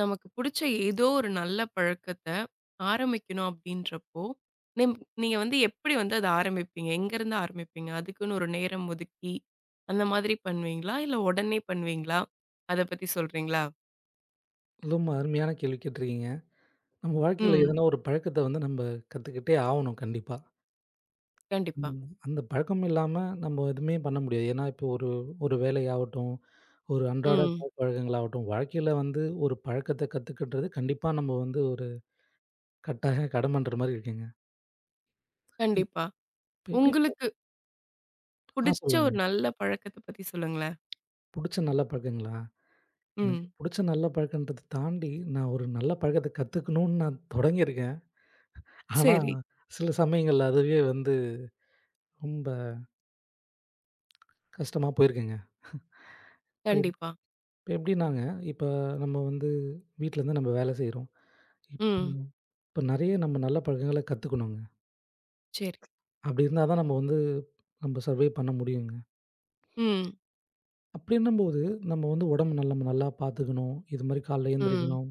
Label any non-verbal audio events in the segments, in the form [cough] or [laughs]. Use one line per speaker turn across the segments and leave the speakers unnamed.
நமக்கு புடிச்ச ஏதோ ஒரு நல்ல பழக்கத்த ஆரம்பிக்கணும் அப்படின்றப்போ, நிம் நீங்க வந்து எப்படி வந்து அத ஆரம்பிப்பீங்க? எங்கருந்து ஆரம்பிப்பீங்க? அதுக்குன்னு ஒரு நேரம் ஒதுக்கி, அந்த மாதிரி பண்ணுவீங்களா? இல்ல உடனே பண்ணுவீங்களா? அத பத்தி சொல்றீங்களா?
ரொம்ப அருமையான கேள்வி கேட்டிருக்கீங்க. நம்ம வாழ்க்கையில
ம்.
எதனா ஒரு பழக்கத்த வந்து நம்ம கத்துக்கிட்டே ஆவணும் கண்டிப்பா.
கண்டிப்பா.
ம். அந்த பழக்கம் இல்லாம நம்ம எதுவுமே பண்ண முடியாது. ஏன்னா, இப்போ ஒரு ஒரு வேலையாகட்டும், ஒரு அன்றாட
ம்.
பழக்கங்களாகட்டும், வாழ்க்கையில வந்து ஒரு பழக்கத்த கத்துக்கின்றது கண்டிப்பா நம்ம வந்து ஒரு கட்டாய கடமன்ற மாரி இருக்குங்க.
கண்டிப்பா.
இப்ப எப்படி பா-
உங்களுக்கு
ஆ
புடிச்ச
சொல்லுங்க.
ஒரு நல்ல பழக்கத்த பத்தி சொல்லுங்களேன்.
புடிச்ச நல்ல பழக்கங்களா? எனக்கு
ம்.
புடிச்ச நல்ல பழக்கன்றத தாண்டி, நான் ஒரு நல்ல பழக்கத்த கத்துக்கணும்னு நான் தொடங்கியிருக்கேன். ஆனா,
சரி.
சில சமயங்கள்ல அதுவே வந்து ரொம்ப கஷ்டமா போயிருக்குங்க. இப்ப
கண்டிப்பா.
இப்ப எப்படின்னாங்க, இப்ப நம்ம வந்து வீட்லருந்து நம்ம வேலை செய்றோம். இப்போ
ம்.
இப்ப நெறைய நம்ம நல்ல பழக்கங்கள கத்துக்கணுங்க.
சரி.
அப்படி இருந்தா தான் நம்ம வந்து நம்ம சர்வே பண்ண முடியுங்க.
ம்.
அப்படின்னும்போது, நம்ம வந்து உடம்பு நல்ல நம்ம நல்லா பார்த்துக்கணும். இது மாரி காலைல
ம்.
எழுந்திரிக்கணும்,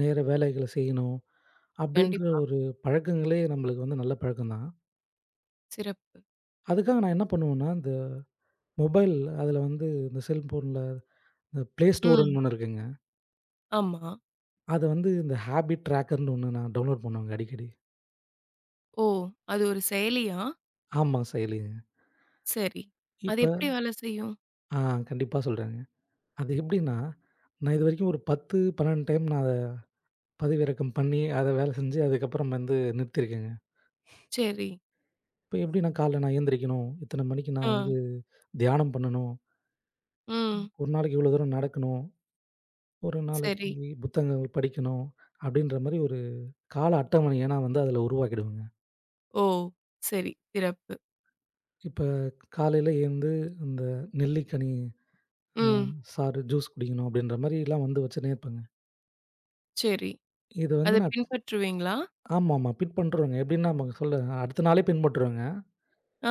நேர வேலைகள செய்யணும், அப்படின்ற
கண்டிப்பா.
ஒரு பழக்கங்களே நம்மளுக்கு வந்து நல்ல பழக்கம் தான்.
சிறப்பு.
அதுக்காக நான் என்ன பண்ணுவேன்னா, இந்த மொபைல் அதில வந்து இந்த செல்ஃபோன்ல இந்த Play
ம்.
Storeன்னு ஒண்ணு இருக்குங்க.
ஆமா.
அத வந்து இந்த ஹேபிட் ட்ராக்கர்ன்னு ஒண்ணு நான் டவுன்லோட் பண்ணுவேங்க அடிக்கடி.
ஓ! அது ஒரு செயலியா?
ஆமா, செயலிங்க.
சரி. அது
இப்ப
எப்படி வேலை செய்யும்?
ஆ கண்டிப்பா சொல்றேங்க. அது எப்படின்னா, நான் இதுவரைக்கும் ஒரு 10, 12 டைம் நான் அத பதிவிறக்கம் பண்ணி, அத வேலை செஞ்சு அதுக்கப்புறம் வந்து நிறுத்தியிருக்கேங்க.
சரி.
இப்ப எப்படின்னா காலைல நான் எந்திரிக்கணும், இத்தன மணிக்கு
ஆ.
நான் வந்து தியானம் பண்ணணும்,
ம்.
ஒரு நாளைக்கு இவ்வளோ தூரம் நடக்கணும், ஒரு
சரி.
நாளைக்கு புத்தகங்கள் படிக்கணும், அப்படின்ற மாரி ஒரு கால அட்டவணைய நான் வந்து அதுல உருவாக்கிடுவேங்க.
ஓ! சரி. சிறப்பு.
இப்ப காலையில எழுந்து இந்த நெல்லிக்கனி அ
ம்.
சாறு, ஜூஸ் குடிக்கணும் அப்படின்ற மாரிலாம் வந்து வச்சுன்னே இருப்பேங்க.
சரி.
இத
அத
வந்து நான்
பின்பற்றுவீங்களா?
ஆமாமா பின்பற்றுவேங்க. எப்படின்னா நமக்கு சொல்ல அடுத்த நாளே பின்பற்றுவேங்க.
ஆ.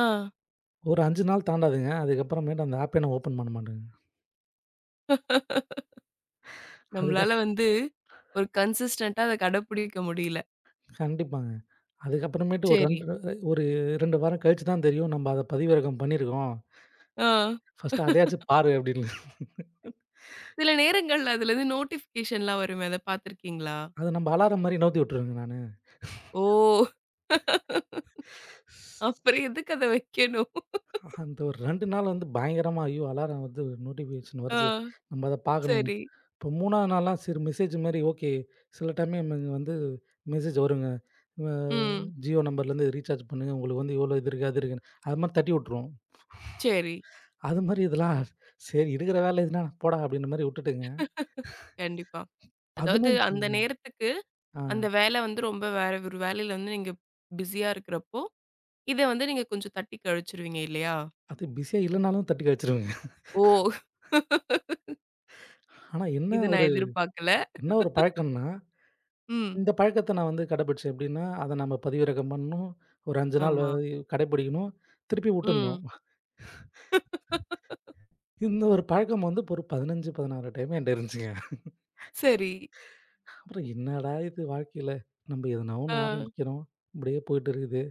ஒரு 5 நாள் தாண்டாதுங்க. அதுக்கப்புறமேட்டு அந்த ஆப்பே நான் ஓப்பன் பண்ண மாட்டேங்க. அதுக்கப்
நம்மளால வந்து ஒரு கன்சிஸ்டன்ட்டா அத கடைப்பிடிக்க முடியல.
கண்டிப்பாங்க. அதுக்கப்புறமேட்டு ஒரு
சரி.
2 ஒரு 2 வாரம் கழிச்சு தான் தெரியும், நம்ம அத பதிவிறக்கம் பண்ணியிருக்கோம்.
ஆ.
ஃபர்ஸ்ட்டு அதையாச்சும் பாரு அப்படின்னு.
சில நேரங்கள்ல அதுலருந்து நோட்டிஃபிகேஷன்லாம் வருமே. அத பார்த்துருக்கீங்களா?
அத நம்ம அலாரம் மாரி நவுத்தி விட்டுருவேங்க நானு.
ஓ! அப்புறம் எதுக்கு அத வைக்கணும்?
அந்த ஒரு 2 நாள் வந்து பயங்கரமா, ஐயோ! அலாரம் வந்து நோட்டிஃபிகேஷன்
ஆ.
வருது. நம்ம அத பார்க்கணும்னு.
சரி.
இப்போ 3வது நாள்லாம் சரி மெசேஜ் மாரி ஓகே. சில டைம் நமக்கு வந்து மெசேஜ் வருங்க. அ
ம்.
ஜியோ நம்பர்லேருந்து ரீசார்ஜ் பண்ணுங்க. உங்களுக்கு வந்து இவ்வளோ இது இருக்கு, அது இருக்குன்னு. அது மாரி தட்டி விட்டுரும்.
சரி.
அது மாரி இதெல்லாம் சரி இருக்கிற வேலை எதுனா போடா அப்படின்ற மாரி விட்டுட்டுங்க.
கண்டிப்பா. அதாவது
15
அந்த நேரத்துக்கு
ஆ
அந்த வேலை வந்து ரொம்ப வேற ஒரு வேலையில வந்து நீங்க பிஸியா இருக்கிறப்போ, இத வந்து நீங்க கொஞ்சம் தட்டி கழிச்சுருவீங்க இல்லையா?
அது பிஸியா இல்லனாலும் தட்டி கழிச்சுருவேங்க.
ஓ!
ஆனா என்ன
இது நான்
ஒரு
எதிர்பார்க்கல.
என்ன ஒரு பழக்கம்னா,
ம்.
இந்த பழக்கத்த நான் வந்து கடைபிடிச்சேன் எப்படின்னா, அத நம்ம பதிவிறக்கம் பண்ணணும். ஒரு 5 நாள்
ஆமா.
வரை கடைபிடிக்கணும். திருப்பி விட்டுடணும்.
ம்.
இந்த ஒரு பழக்கம் வந்து ஒரு 15, 16 டைம் என்ட்ட இருந்துச்சுங்க.
சரி.
அப்புறம் என்னடா இது வாழ்க்கையில நம்ம எதனா ஒண்ணு
ஆ.
ஆரம்பிக்கிறோம். இப்படியே போயிட்டு இருக்குது.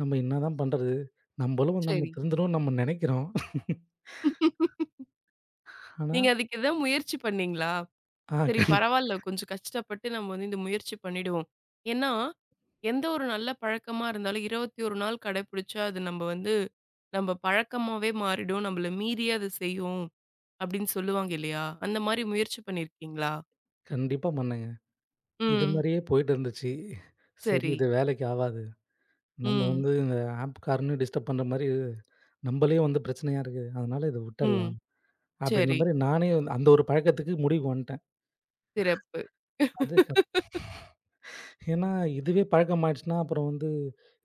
நம்ம என்னதான் பண்றது? நம்மளும் நம்ம
சரி.
திருந்தணும்னு நம்ம நினைக்கிறோம். ஆனா
நீங்க அதுக்கு எதாவது முயற்சி பண்ணீங்களா?
ஆ
சரி
கண்
பரவால்ல கொஞ்சம் கஷ்டப்பட்டு நம்ம வந்து இந்த முயற்சி பண்ணிடுவோம். ஏன்னா, எந்த ஒரு நல்ல பழக்கமா இருந்தாலும் 21 நாள் கடைபிடிச்சா அது நம்ம வந்து நம்ம பழக்கமாவே மாறிடும். நம்மள மீறியே அது செய்யும். அப்படின்னு சொல்லுவாங்க இல்லையா? அந்த மாரி முயற்சி பண்ணியிருக்கீங்களா?
கண்டிப்பா பண்ணேங்க. இது
ம்.
மாரியே போயிட்டு இருந்துச்சு. சரி
சரி.
இது வேலைக்கு ஆவாது. நம்ம
ம்.
வந்து இந்த ஆப்காரனையும் டிஸ்டர்ப் பண்ற மாரி நம்மளே வந்து பிரச்சனையா இருக்கு. அதனால இத
ம்.
விட்டுடலாம். அப்படின்ற
சரி.
மாரி நானே வந்து அந்த ஒரு பழக்கத்துக்கு முடிவுக்கு வந்துட்டேன்.
சிறப்பு.
அது க ஏன்னா இதுவே பழக்கமாயிடுச்சுன்னா, அப்புறம் வந்து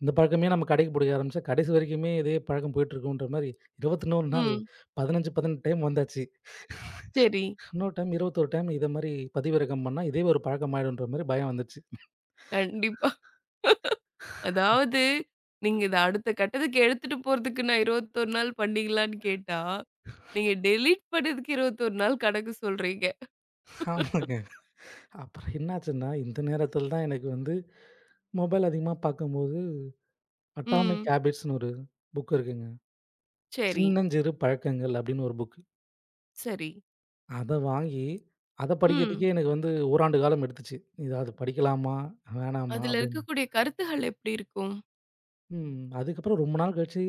இந்த பழக்கமே நம்ம கடைக்கு பிடிக்க ஆரம்பிச்சா, கடைசி வரைக்குமே இதே பழக்கம் போயிட்டுருக்குன்ற மாரி 21 நாள்
ம்.
15, 18 டைம் வந்தாச்சு.
சரி.
இன்னொரு டைம் 21 டைம் இத மாரி பதிவிறக்கம் பண்ணா, இதே ஒரு பழக்கமாயிடுன்ற மாரி பயம் வந்துச்சு.
கண்டிப்பா. அதாவது நீங்க இத அடுத்த கட்டத்துக்கு எடுத்துட்டு போறதுக்கு நான் 21 நாள் பண்ணீங்களான்னு கேட்டா, நீங்க டெலீட் பண்ணதுக்கு 21 நாள் கணக்கு சொல்றீங்க.
ஆமாங்க. அப்புறம் என்னாச்சுன்னா, இந்த நேரத்தில தான் எனக்கு வந்து மொபைல் அதிகமா பார்க்கும்போது, அட்டாமிக்
ம்.
ஹேபிட்ஸ்ன்னு ஒரு புக் இருக்குங்க.
சரி,
"சின்னஞ்சிறு பழக்கங்கள்" அப்படின்னு ஒரு புக்.
சரி.
அத வாங்கி, அத
ம்.
படிக்கிறதுக்கே எனக்கு வந்து ஓராண்டு காலம் எடுத்துச்சு. "இத அது படிக்கலாமா? வேணாமா?"
அதுல
அப்படின்னு.
இருக்கக்கூடிய கருத்துகள் எப்படி இருக்கும்?
ம். அதுக்கப்புறம் ரொம்ப நாள் கழிச்சு,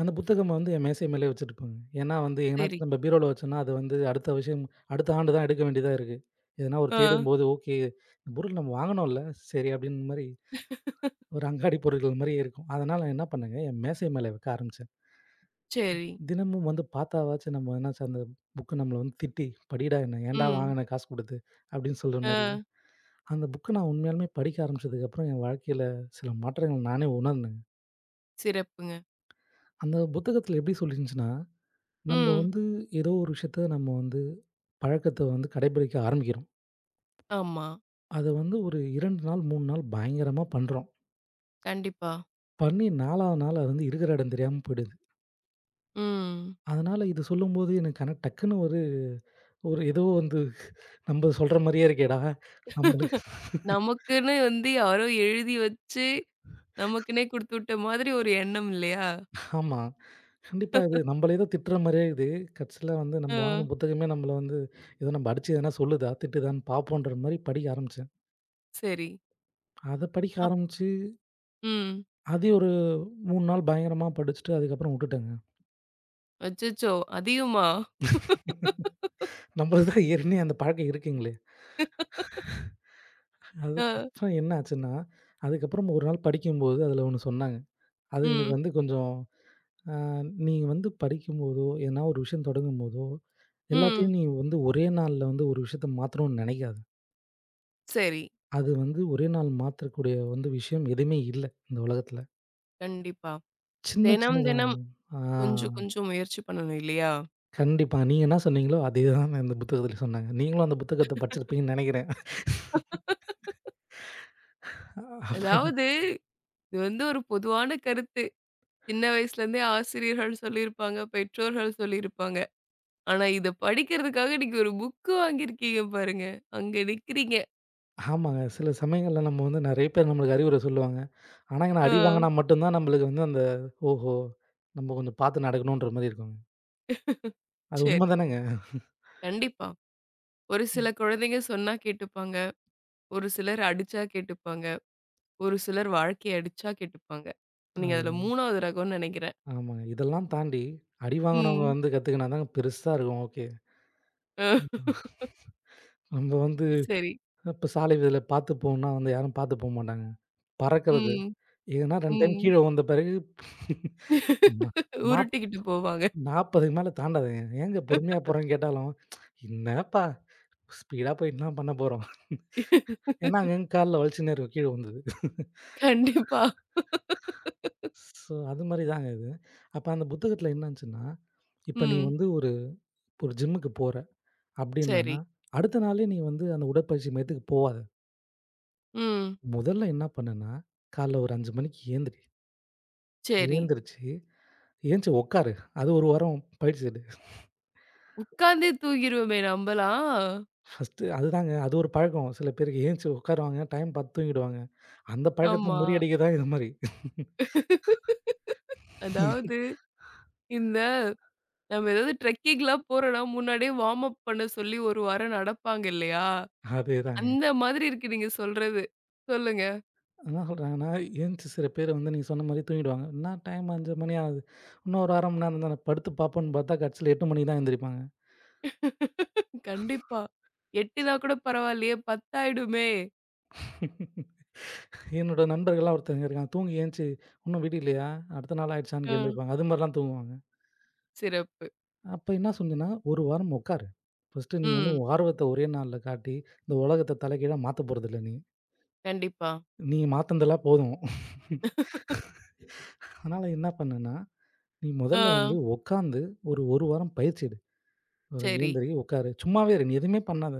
அந்த புத்தகம் வந்து என் மேசை மேலயே வச்சுருப்பேங்க. ஏன்னா வந்து
சரி.
எங்கனாச்சும் நம்ம பீரோல வச்சோம்னா, அது வந்து அடுத்த விஷயம் அடுத்த ஆண்டு தான் எடுக்க வேண்டியதா இருக்கு. எதனா ஒரு
ஆ.
தேடும்போது, "ஓகே இந்த பொருள் நம்ம வாங்கணும்ல, சரி" அப்படின்ற மாரி ஒரு அங்காடி பொருட்கள் மாரியே இருக்கும். அதனால நான் என்ன பண்ணேங்க, என் மேசை மேல வைக்க ஆரம்பிச்சேன்.
சரி.
தினமும் வந்து பார்த்தாவாச்சும் நம்ம என்னாச்சு அந்த புக்கு நம்மள வந்து திட்டி, "படிடா என்ன, ஏன்டா
ம்.
வாங்குன காசு குடுத்து?" அப்படின்னு சொல்ற
ஆ.
மாரி. அந்த புக்க நான் உண்மையாலுமே படிக்க ஆரம்பிச்சதுக்கப்புறம் என் வாழ்க்கையில சில மாற்றங்கள் நானே உணர்ந்தேங்க.
சிறப்புங்க.
அந்த புத்தகத்துல எப்படி சொல்லிருந்துச்சுன்னா, நம்ம
ம்.
வந்து ஏதோ ஒரு விஷயத்த நம்ம வந்து பழக்கத்த வந்து கடைபிடிக்க ஆரம்பிக்கிறோம்.
ஆமா.
அத வந்து ஒரு 2 நாள், 3 நாள் பயங்கரமா பண்றோம்.
கண்டிப்பா.
பண்ணி 4வது நாள் அது வந்து இருக்கிற இடம் தெரியாம போயிடுது.
ம்.
அதனால இது சொல்லும்போது எனக்கு ஆனா டக்குன்னு ஒரு ஒரு ஏதோ வந்து நம்ம சொல்ற மாரியே இருக்கேடா! நம்மளுக்கு
நமக்குன்னு வந்து யாரோ எழுதி வச்சு, நமக்குன்னே குடுத்துவிட்ட மாதிரி ஒரு எண்ணம் இல்லையா?
ஆமா. கண்டிப்பா. இது நம்மளே தான் திட்டுற மாரியே இது. கடைசில வந்து நம்ம
அ.
வாங்குன புத்தகமே நம்மள வந்து ஏதோ நம்ம அடிச்சு எதனா சொல்லுதா, திட்டுதான்னு பார்ப்போன்ற மாரி படிக்க ஆரம்பிச்சேன்.
சரி.
அத படிக்க
அப்
ஆரம்பிச்சு,
ம்.
அதே ஒரு 3 நாள் பயங்கரமா படிச்சுட்டு அதுக்கப்புறம் வுட்டுட்டேங்க.
அச்சச்சோ! அதிகமா?
நம்மளுக்கு தான் ஏற்கனவே அந்த பழக்கம் இருக்குங்களே.
அ.
அதுக்கப்புறம் என்ன ஆச்சுன்னா, அதுக்கப்புறம் ஒரு நாள் படிக்கும்போது அதில ஒண்ணு சொன்னாங்க. அது எனக்கு
ம்.
வந்து கொஞ்சம் அ "நீ வந்து படிக்கும்போதோ, எதனா ஒரு விஷயம் தொடங்கும்போதோ,
ம்.
எல்லாத்தையும் நீ வந்து ஒரே நாள்ல வந்து ஒரு விஷயத்த மாத்தணும்னு நினைக்காத."
சரி.
அது வந்து ஒரே நாள் மாத்தக்கூடிய வந்து விஷயம் எதுவுமே இல்ல, இந்த உலகத்துல.
கண்டிப்பா.
சின்ன
தினம்,
சின்னதா
தினம்
ஆ
கொஞ்சம், கொஞ்சம் முயற்சி பண்ணணும் இல்லையா?
கண்டிப்பா. நீங்க என்ன சொன்னீங்களோ, அதேதான் இந்த புத்தகத்துல சொன்னாங்க. நீங்களும் அந்த புத்தகத்த படிச்சிருப்பீங்கன்னு நெனைக்கிறேன்.
அதாவது இது வந்து ஒரு பொதுவான கருத்து. சின்ன வயசுலேருந்தே ஆசிரியர்கள் சொல்லியிருப்பாங்க, பெற்றோர்கள் சொல்லியிருப்பாங்க. ஆனா இத படிக்கிறதுக்காக இன்னைக்கு ஒரு புக் வாங்கியிருக்கீங்க பாருங்க. அங்க நிக்கிறீங்க.
ஆமாங்க. சில சமயங்கள்ல நம்ம வந்து நெறைய பேர் நம்மளுக்கு அறிவுரை சொல்லுவாங்க. ஆனா, நான் அடி
அ.
வாங்குனா மட்டும் தான் நம்மளுக்கு வந்து அந்த ஓஹோ! நம்ம கொஞ்சம் பாத்து நடக்கணுன்ற மாரி இருக்குங்க. அது
சரி.
உண்ம தானேங்க.
கண்டிப்பா. ஒரு சில குழந்தைங்க சொன்னா கேட்டுப்பாங்க. ஒரு சிலர் அடிச்சா கேட்டுப்பாங்க. ஒரு சிலர் வாழ்க்கைய அடிச்சா கேட்டுப்பாங்க.
அது
நீங்க அதுல 3வது ரகம்னு நெனைக்கிறேன்.
ஆமாங்க. இதெல்லாம் தாண்டி அடி வாங்குனவங்க
ம்.
வந்து கத்துக்கினா தாங்க பெருசா இருக்கும். ஓகே.
[laughs] அ.
நம்ம வந்து
சரி.
இப்ப சாலை விதியில பாத்து போகணும்னா வந்து யாரும் பாத்து போமாட்டாங்க. பறக்கிறது.
ம்.
ஏன்னா 2 டைம்
ம்.
கீழ உழுந்த பிறகு நா
[laughs]
நாப்
உருட்டிக்கிட்டு போவாங்க.
40க்கு மேல தாண்டாதுங்க. ஏங்க பொறுமையா போறேன்னு கேட்டாலும், "என்னப்பா ஸ்பீடா போய் என்ன பண்ண போறோம்?" ஏன்னா அங்கங்க கால்ல வலிச்சுன்னே இருக்கும் கீழ உழுந்தது.
கண்டிப்பா. [laughs]
ஸோ அது மாரி தாங்க இது. அப்ப அந்த புத்தகத்துல என்ன இருந்துச்சுன்னா, இப்ப நீ
ம்.
வந்து ஒரு ஒரு ஜிம்முக்கு போற
சரி.
அப்டின்னா, அடுத்த நாளே நீ வந்து அந்த உடற்பயிற்சி மையத்துக்கு போவாத.
ம்.
முதல்ல என்ன பண்ணுன்னா, கால்ல ஒரு 5 மணிக்கு ஏந்திரி.
சரி.
ஏந்திரிச்சு, ஏந்திச்சு உட்காரு. அது ஒரு வாரம் பயிற்சி எடு.
உட்கார்ந்தே தூங்கிருவோமே நம்பலாம்.
ஃபர்ஸ்ட்டு அதுதாங்க. அது ஒரு பழக்கம். சில பேருக்கு ஏந்திச்சு உட்காருவாங்க. டைம் பார்த்து தூங்கிடுவாங்க. அந்த பழக்கத்த
ஆமா.
முறியடிக்க தான் இது மாரி.
[laughs] அதாவது இந்த நம்ம ஏதாவது ட்ரெக்கிங்லாம் போறோம்னா, முன்னாடியே வார்ம் அப் பண்ண சொல்லி ஒரு வாரம் நடப்பாங்க இல்லையா?
அதேதாங்க.
அந்த மாதிரி இருக்கு நீங்க சொல்றது. சொல்லுங்க.
என்ன சொல்றாங்கன்னா, ஏந்திச்சு சில பேர் வந்து நீங்க சொன்ன மாரி தூங்கிடுவாங்க. என்ன டைம் 5 மணி ஆகுது. இன்னும் ஒரு 1/2 மணி நேரம் தானே படுத்து பார்ப்போம்ன்னு பார்த்தா, கடைசில 8 மணிக்கு தான் எந்திரிப்பாங்க.
கண்டிப்பா. 8னா கூட பரவாயில்லையே, 10 ஆயிடுமே.
என்னோட நண்பர்கள்லாம் ஒருத்தங்க இருக்காங்க. தூங்கி ஏந்திச்சு "இன்னும் விடியலையா? இல்லையா, அடுத்த நாள்
அ.
ஆயிடுச்சான்னு" எந்திரிப்பாங்க. அது மாரிலாம் தூங்குவாங்க.
சிறப்பு.
அப்ப என்ன சொன்னேன்னா, "1 வாரம் உட்காரு. ஃபர்ஸ்ட்டு நீ வந்து
ம்.
உன் ஆர்வத்த ஒரே நாள்ல காட்டி, இந்த உலகத்த தலைகீழா மாத்த போறதில்ல நீ."
கண்டிப்பா.
நீ மாத்துனதெல்லாம் போதும். அதனால என்ன பண்ணுன்னா, நீ
ஆ.
முதல்ல வந்து உட்காந்து ஒரு, 1 வாரம் பயிற்சி எடு. ஒரு
சரி.
எழுந்திரி, உட்காரு. சும்மாவே இரு. நீ எதுவுமே பண்ணாத.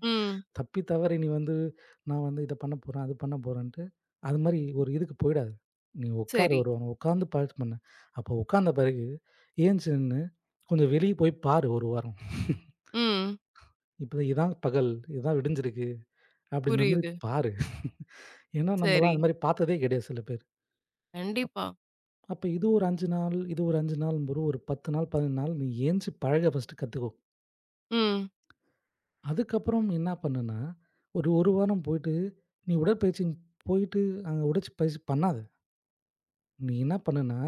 ம்.
தப்பி தவறி நீ வந்து நான் வந்து இத பண்ண போறேன், அது பண்ண போறேன்ட்டு, அது மாரி ஒரு இதுக்கு போயிடாத. நீ உட்காரு
சரி.
ஒரு வாரம். உட்காந்து பயிற்சி பண்ணு. அப்போ உட்காந்த பிறகு ஏந்திச்சு நின்னு கொஞ்சம் வெளிய போய் பாரு 1 வாரம்.
ம்.
இப்ப இதான் பகல், இதான் விடிஞ்சிருக்கு அப்படின்ற மாரி
புரியுது.
பாரு. ஏன்னா, நம்மலாம்
சரி.
அது மாரி பார்த்ததே கிடையாது சில பேர்.
கண்டிப்பா.
அப்ப இது ஒரு 5 நாள், இது ஒரு 5 நாளும்போது ஒரு 10 நாள், 15 நாள் நீ ஏந்திச்சு பழக ஃபர்ஸ்ட்டு கத்துக்கோ.
ம்.
அதுக்கப்புறம் என்ன பண்ணுன்னா, ஒரு 1 வாரம் போயிட்டு, நீ உடற்பயிற்சி போயிட்டு அங்க உடற்பயிற்சி பண்ணாத. நீ என்ன பண்ணுன்னா,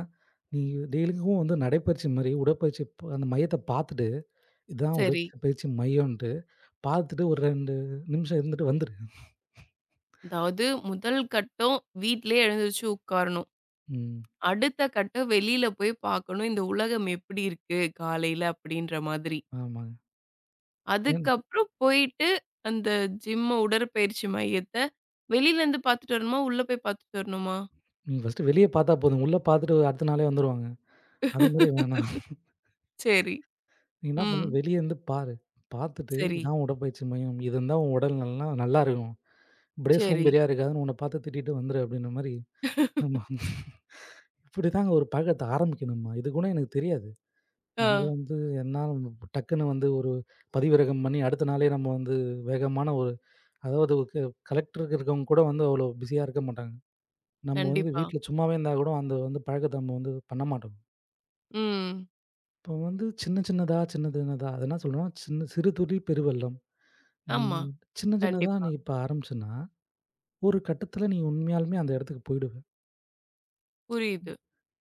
நீ டெய்லிக்கும் வந்து நடைப்பயிற்சி மாரி உடற்பயிற்சி ப அந்த மையத்த பார்த்துட்டு, இதான்
சரி.
உடற்பயிற்சி மையம்ன்ட்டு பார்த்துட்டு ஒரு 2 நிமிஷம் இருந்துட்டு வந்துரு.
அதாவது முதல் கட்டம் வீட்லயே எழுந்திரிச்சு உட்காரணும்.
ம்.
அடுத்த கட்டம் வெளியில போய் பார்க்கணும். இந்த உலகம் எப்படி இருக்கு காலையில அப்படின்ற மாதிரி.
ஆமாங்க. ஏன்
அதுக்கப்புறம் போயிட்டு அந்த ஜிம்ம உடற்பயிற்சி மையத்த வெளியிலேருந்து பார்த்துட்டு வரணுமா? உள்ள போய் பார்த்துட்டு வரணுமா?
நீ ஃபர்ஸ்ட்டு வெளிய பார்த்தா போதும். உள்ள பார்த்துட்டு அடுத்த நாளே வந்துருவாங்க. அது மாரி வேணாம்.
சரி.
நீ என்ன பண்ணு,
ம்.
வெளிய இருந்து பாரு. பாத்துட்டு,
சரி,
இதான் உடற்பயிற்சி மையம். இது இருந்தா உன் உடல் நல்லா நல்லா இருக்கும். இப்படியே
சரி.
சோம்பேறியா இருக்காதுன்னு உன்ன பாத்து திட்டிட்டு வந்துரு அப்படின்ற மாரி. ஆமா. இப்படிதாங்க ஒரு பழக்கத்த ஆரம்பிக்கணும்மா. இது கூட எனக்கு தெரியாது.
ஆ.
நம்ம வந்து என்னால டக்குன்னு வந்து ஒரு பதிவிறக்கம் பண்ணி அடுத்த நாளே நம்ம வந்து வேகமான ஒரு அதாவது க கலெக்டருக்கு இருக்கவங்க கூட வந்து அவ்வளோ பிஸியா இருக்க மாட்டாங்க. நம்ம வந்து
கண்டிப்பா.
வீட்ல சும்மாவே இருந்தா கூட அந்த வந்து பழக்கத்த நம்ம வந்து பண்ண மாட்டோம்.
ம்.
இப்போ வந்து சின்ன சின்னதா, சின்ன சின்னதா அது என்ன சொல்றோம்னா, சின்ன சிறு துளி பெருவெள்ளம். நீ
ஆமா.
சின்ன சின்னதா
கண்டிப்பா.
நீ இப்ப ஆரம்பிச்சன்னா, ஒரு கட்டத்தில நீ உண்மையாலுமே அந்த இடத்துக்கு போயிடுவ.
புரியுது.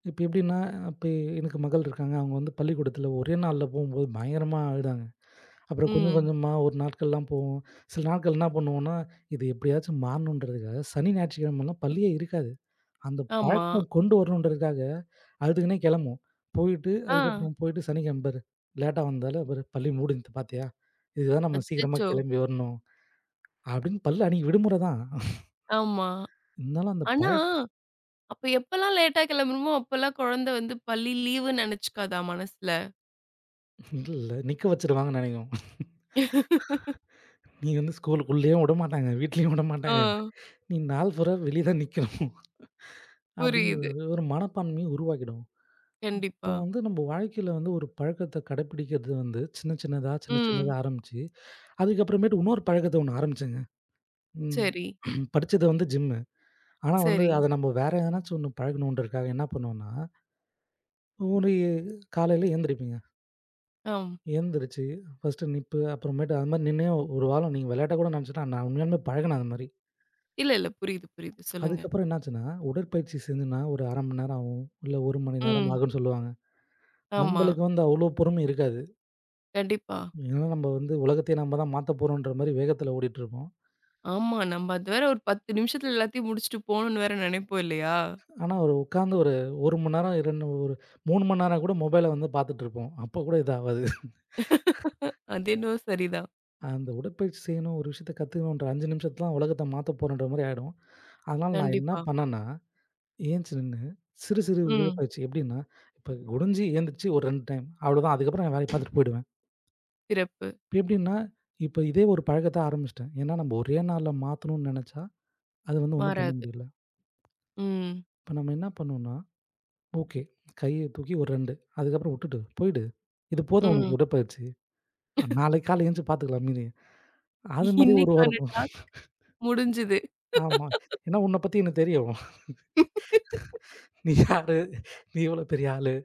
இப்ப எப்படின்னா, இப்ப எனக்கு மகள் இருக்காங்க. அவங்க வந்து பள்ளிக்கூடத்தில ஒரே நாள்ல போம்போது பயங்கரமா அழுதாங்க. அப்புறம் கொஞ்சம்
ம்.
கொஞ்சமா ஒரு நாட்கள்லாம் போவோம். சில நாட்கள் என்ன பண்ணுவோம்னா, இது எப்படியாச்சும் மாறணுன்றதுக்காக சனி, ஞாயிற்றுக்கிழமலாம் பள்ளியே இருக்காது. அந்த
ஆமா.
பழக்கம் கொண்டு வரணுன்றதுக்காக அழுதுக்குன்னே கிளம்புவோம். போயிட்டு
ஆ.
அதுக்கப்புறம் போயிட்டு சனிக்கிழம பாரு, லேட்டா வந்தாலும் பாரு பள்ளி மூடினது பாத்தியா? இதுக்கு தான் நம்ம சீக்கிரமா
அச்சச்சோ!
கிளம்பி வரணும். அப்படின்னு பள்ளி அன்னைக்கு விடுமுறை தான். [laughs]
ஆமா.
இருந்தாலும் அந்த பழ
ஆனா, அப்ப எப்பலாம் லேட்டா கிளம்பணுமோ, அப்பலாம் குழந்தை வந்து பள்ளி லீவுன்னு நினைச்சுக்காதா மனசுல?
இல்ல. நிக்க வச்சுருவாங்கன்னு நெனைக்கும். நீ வந்து ஸ்கூலுக்குள்ளேயும் விடமாட்டாங்க. வீட்லயும்
ஆ,
விடமாட்டாங்க. நீ நாள் பூரா வெளிய தான் நிக்கணும்.
புரியுது.
அப்டின்றது ஒரு மனப்பான்மைய உருவாக்கிடும். இப்போ
கண்டிப்பா.
வந்து நம்ம வாழ்க்கையில வந்து ஒரு பழக்கத்த கடைப்பிடிக்கிறது வந்து சின்ன சின்னதா, சின்ன சின்னதா
ம்.
ஆரம்பிச்சு, அதுக்கப்புறமேட்டு இன்னொரு பழக்கத்த ஒண்ணு ஆரம்பிச்சேங்க. ம்.
சரி,
[clears throat] படிச்சது வந்து ஜிம்மு. ஆனா வந்து
சரி.
அத நம்ம வேற எதனாச்சும் ஒண்ணு பழகணுன்றதுக்காக என்ன பண்ணுவோம்னா, ஒரு காலையில எந்திரிப்பீங்க.
ஆம்.
எந்திரிச்சு, ஃபர்ஸ்ட்டு நிப்பு, அப்புறமேட்டு அது மாரி நின்னே ஒரு வாரம் நீங்க விளையாட்டா கூட நெனச்சுட்டா நான் உண்மையாலுமே பழகுனேன் அது மாரி.
இல்ல, இல்ல. புரியுது, புரியுது. சொல்லுங்க.
அதுக்கப்புறம் என்னாச்சுன்னா, உடற்பயிற்சி செஞ்சுனா ஒரு 1/2 மணி நேரம் ஆகும். இல்ல 1 மணி நேரம்
ம்.
ஆகும்ன்னு சொல்லுவாங்க.
ஆமா.
நம்பளுக்கு வந்து அவ்வளோ பொறுமை இருக்காது.
கண்டிப்பா.
ஏன்னா நம்ம வந்து உலகத்தையே நம்ம தான் மாத்த போறோன்ற மாரி வேகத்துல ஓடிட்டுருப்போம்.
ஆமா. நம்ம அது வேற ஒரு 10 நிமிஷத்துல எல்லாத்தையும் முடிச்சுட்டு போணும்னு வேற நெனைப்போம் இல்லையா?
ஆனா ஒரு உட்கார்ந்து ஒரு 1 மணி நேரம், 2 3 மணி நேரம் கூட மொபைல வந்து பார்த்துட்டுருப்போம். அப்ப கூட இது ஆவாது.
[laughs] அது என்னவோ சரிதான்.
அந்த உடற்பயிற்சி செய்யணும், ஒரு விஷயத்த கத்துக்கணுன்ற 5 நிமிஷத்துல உலகத்த மாத்த போறோன்ற மாரி ஆயிடும். அதனால நான் என்ன
கண்டிப்பா.
பண்ணேன்னா, ஏந்திச்சு நின்னு சிறு சிறு
ம்.
உடற்பயிற்சி எப்படின்னா, இப்ப குனிஞ்சு எந்திரிச்சு ஒரு 2 டைம் அவ்வளோதான். அதுக்கப்புறம் நான் வேலைய பார்த்துட்டு போயிடுவேன்.
சிறப்பு.
இப்ப எப்படின்னா, இப்ப இதே ஒரு பழக்கத்த ஆரம்பிச்சுட்டேன். ஏன்னா நம்ம ஒரே நாள்ல மாத்தணும்னு நெனச்சா, அது வந்து ஒண்ணும் பண்ண
மாறாது.
முடியல.
ம்.
இப்ப நம்ம என்ன பண்ணணும்னா, ஓகே கைய தூக்கி ஒரு 2 அதுக்கப்புறம் உட்டுட்டு போயிடு. இது போதும் உனக்கு
ம்.
உடற்பயிற்சி. நாளைக்கு காலைல எந்திச்சு பாத்துக்கலாம் மீதிய. அது மாரி ஒரு
இன்னைக்கான
ஓரம்
டாஸ்க் முடிஞ்சுது.
ஆமா. ஏன்னா உன்ன பத்தி எனக்கு தெரியும்.
[laughs]
நீ யாரு? நீ எவ்வளோ பெரிய ஆளு?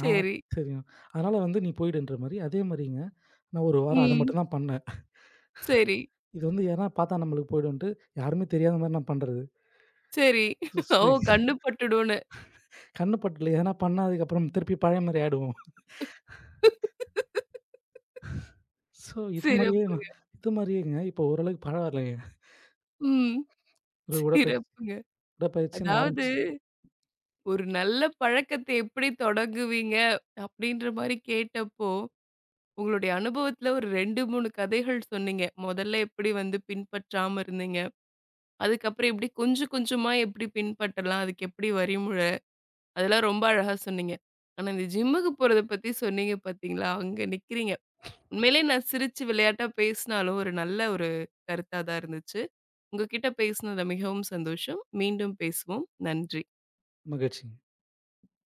ஆ
சரி.
தெரியும். அதனால வந்து நீ போயிடுன்ற மாரி, அதே மாரிங்க நான் ஒரு வாரம் அத
ம்.
மட்டும் தான் பண்ணேன்.
சரி,
இது வந்து யாருன்னா பாத்தா நம்மளுக்கு போயிடும்ன்ட்டு, யாருமே தெரியாத மாரி நான் பண்றது.
சரி. ஓ! கண்ணு பட்டுடும்னு
கண்ணு பட்டல. எதனா பண்ணா அதுக்கப்புறம் திருப்பி பழைய மாரி ஆயிடுவோம். ஸோ இது மாரியே நான்
சிறப்புங்க.
இது மாரியேங்க இப்போ ஓரளவுக்கு பரவாயில்லங்க.
ம்.
ஒரு உடற்பயிற்சி
சிறப்புங்க.
உடற்பயிற்சின்னு
அதாவது
ஆரம்பிச்சு
ஒரு நல்ல பழக்கத்த எப்படி தொடங்குவீங்க? அப்படின்ற மாரி கேட்டப்போ, உங்களுடைய அனுபவத்துல ஒரு 2, 3 கதைகள் சொன்னீங்க. முதல்ல எப்படி வந்து பின்பற்றாம இருந்தீங்க. அதுக்கப்புறம் எப்படி கொஞ்சம் கொஞ்சமா எப்படி பின்பற்றலாம். அதுக்கு எப்படி வரிமுறை. அதெல்லாம் ரொம்ப அழகா சொன்னீங்க. ஆனா இந்த ஜிம்முக்கு போறத பத்தி சொன்னீங்க பார்த்தீங்களா? அங்க நிக்கிறீங்க. உண்மையிலேயே நான் சிரிச்சு விளையாட்டா பேசினாலும் ஒரு நல்ல ஒரு கருத்தா தான் இருந்துச்சு. உங்ககிட்ட பேசினதுல மிகவும் சந்தோஷம். மீண்டும் பேசுவோம். நன்றி.
மகிழ்ச்சி.